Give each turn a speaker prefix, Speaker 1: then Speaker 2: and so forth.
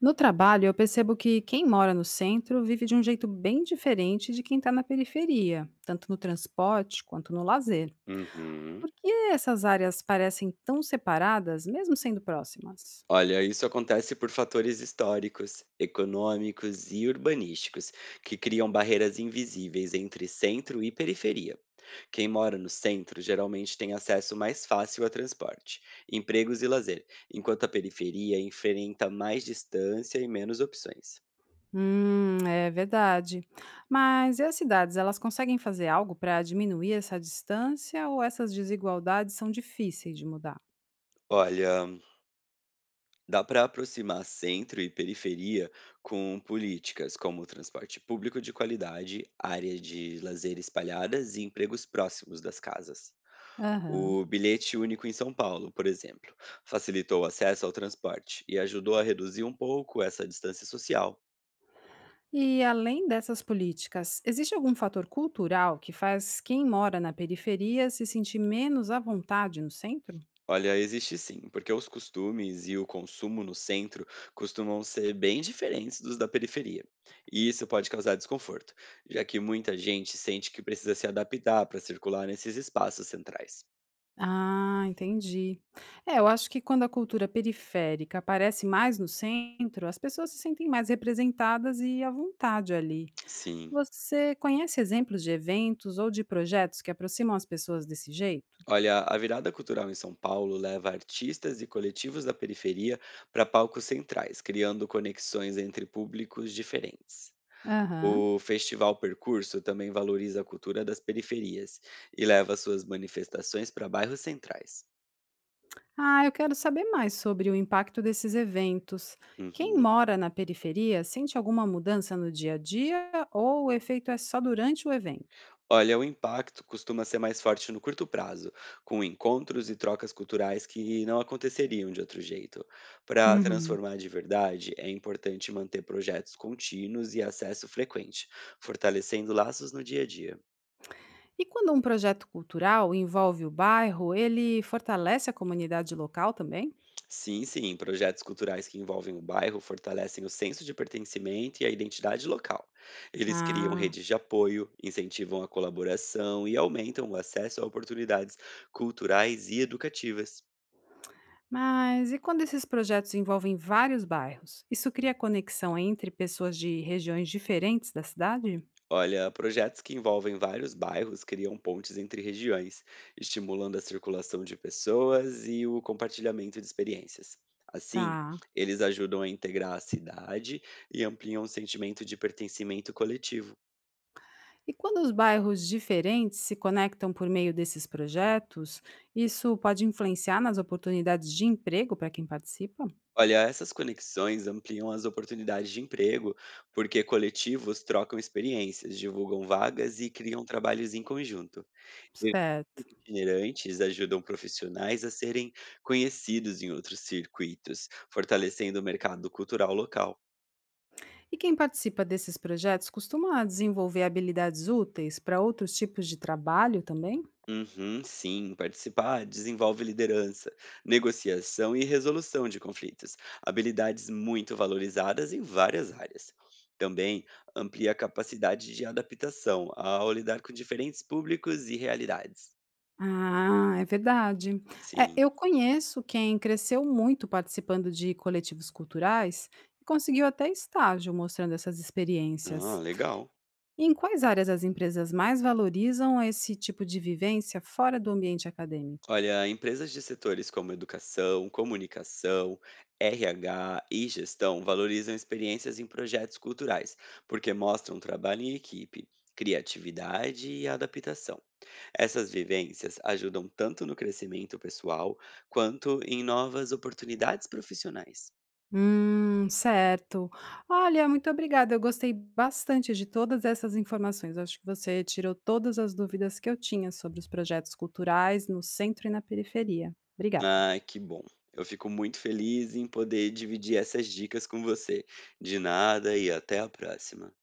Speaker 1: No trabalho, eu percebo que quem mora no centro vive de um jeito bem diferente de quem está na periferia, tanto no transporte quanto no lazer.
Speaker 2: Uhum.
Speaker 1: Por que essas áreas parecem tão separadas, mesmo sendo próximas?
Speaker 2: Olha, isso acontece por fatores históricos, econômicos e urbanísticos, que criam barreiras invisíveis entre centro e periferia. Quem mora no centro geralmente tem acesso mais fácil a transporte, empregos e lazer, enquanto a periferia enfrenta mais distância e menos opções.
Speaker 1: É verdade. Mas e as cidades, elas conseguem fazer algo para diminuir essa distância ou essas desigualdades são difíceis de mudar?
Speaker 2: Olha, dá para aproximar centro e periferia com políticas como transporte público de qualidade, área de lazer espalhadas e empregos próximos das casas.
Speaker 1: Aham.
Speaker 2: O bilhete único em São Paulo, por exemplo, facilitou o acesso ao transporte e ajudou a reduzir um pouco essa distância social.
Speaker 1: E além dessas políticas, existe algum fator cultural que faz quem mora na periferia se sentir menos à vontade no centro?
Speaker 2: Olha, existe sim, porque os costumes e o consumo no centro costumam ser bem diferentes dos da periferia. E isso pode causar desconforto, já que muita gente sente que precisa se adaptar para circular nesses espaços centrais.
Speaker 1: Ah, entendi. É, eu acho que quando a cultura periférica aparece mais no centro, as pessoas se sentem mais representadas e à vontade ali.
Speaker 2: Sim.
Speaker 1: Você conhece exemplos de eventos ou de projetos que aproximam as pessoas desse jeito?
Speaker 2: Olha, a virada cultural em São Paulo leva artistas e coletivos da periferia para palcos centrais, criando conexões entre públicos diferentes.
Speaker 1: Aham.
Speaker 2: O Festival Percurso também valoriza a cultura das periferias e leva suas manifestações para bairros centrais.
Speaker 1: Ah, eu quero saber mais sobre o impacto desses eventos. Quem
Speaker 2: Uhum.
Speaker 1: mora na periferia sente alguma mudança no dia a dia ou o efeito é só durante o evento?
Speaker 2: Olha, o impacto costuma ser mais forte no curto prazo, com encontros e trocas culturais que não aconteceriam de outro jeito. Para
Speaker 1: Uhum.
Speaker 2: transformar de verdade, é importante manter projetos contínuos e acesso frequente, fortalecendo laços no dia a dia.
Speaker 1: E quando um projeto cultural envolve o bairro, ele fortalece a comunidade local também?
Speaker 2: Sim, projetos culturais que envolvem o bairro fortalecem o senso de pertencimento e a identidade local. Eles criam
Speaker 1: Ah,
Speaker 2: redes de apoio, incentivam a colaboração e aumentam o acesso a oportunidades culturais e educativas.
Speaker 1: mas e quando esses projetos envolvem vários bairros? Isso cria conexão entre pessoas de regiões diferentes da cidade?
Speaker 2: Olha, projetos que envolvem vários bairros criam pontes entre regiões, estimulando a circulação de pessoas e o compartilhamento de experiências. Assim,
Speaker 1: Tá.
Speaker 2: eles ajudam a integrar a cidade e ampliam o sentimento de pertencimento coletivo.
Speaker 1: E quando os bairros diferentes se conectam por meio desses projetos, isso pode influenciar nas oportunidades de emprego para quem participa?
Speaker 2: Olha, essas conexões ampliam as oportunidades de emprego, porque coletivos trocam experiências, divulgam vagas e criam trabalhos em conjunto.
Speaker 1: Certo.
Speaker 2: Itinerantes ajudam profissionais a serem conhecidos em outros circuitos, fortalecendo o mercado cultural local.
Speaker 1: E quem participa desses projetos costuma desenvolver habilidades úteis para outros tipos de trabalho também?
Speaker 2: Uhum, sim, participar desenvolve liderança, negociação e resolução de conflitos, habilidades muito valorizadas em várias áreas. Também amplia a capacidade de adaptação ao lidar com diferentes públicos e realidades.
Speaker 1: Ah, é verdade. É,
Speaker 2: Sim.
Speaker 1: eu conheço quem cresceu muito participando de coletivos culturais e conseguiu até estágio mostrando essas
Speaker 2: Ah,
Speaker 1: experiências.
Speaker 2: legal.
Speaker 1: E em quais áreas as empresas mais valorizam esse tipo de vivência fora do ambiente acadêmico?
Speaker 2: Olha, empresas de setores como educação, comunicação, RH e gestão valorizam experiências em projetos culturais, porque mostram trabalho em equipe, criatividade e adaptação. Essas vivências ajudam tanto no crescimento pessoal quanto em novas oportunidades profissionais.
Speaker 1: Certo. Olha, muito obrigada. Eu gostei bastante de todas essas informações. Acho que você tirou todas as dúvidas que eu tinha sobre os projetos culturais no centro e na periferia. Obrigada.
Speaker 2: Ah, que bom! Eu fico muito feliz em poder dividir essas dicas com você. De nada e até a próxima.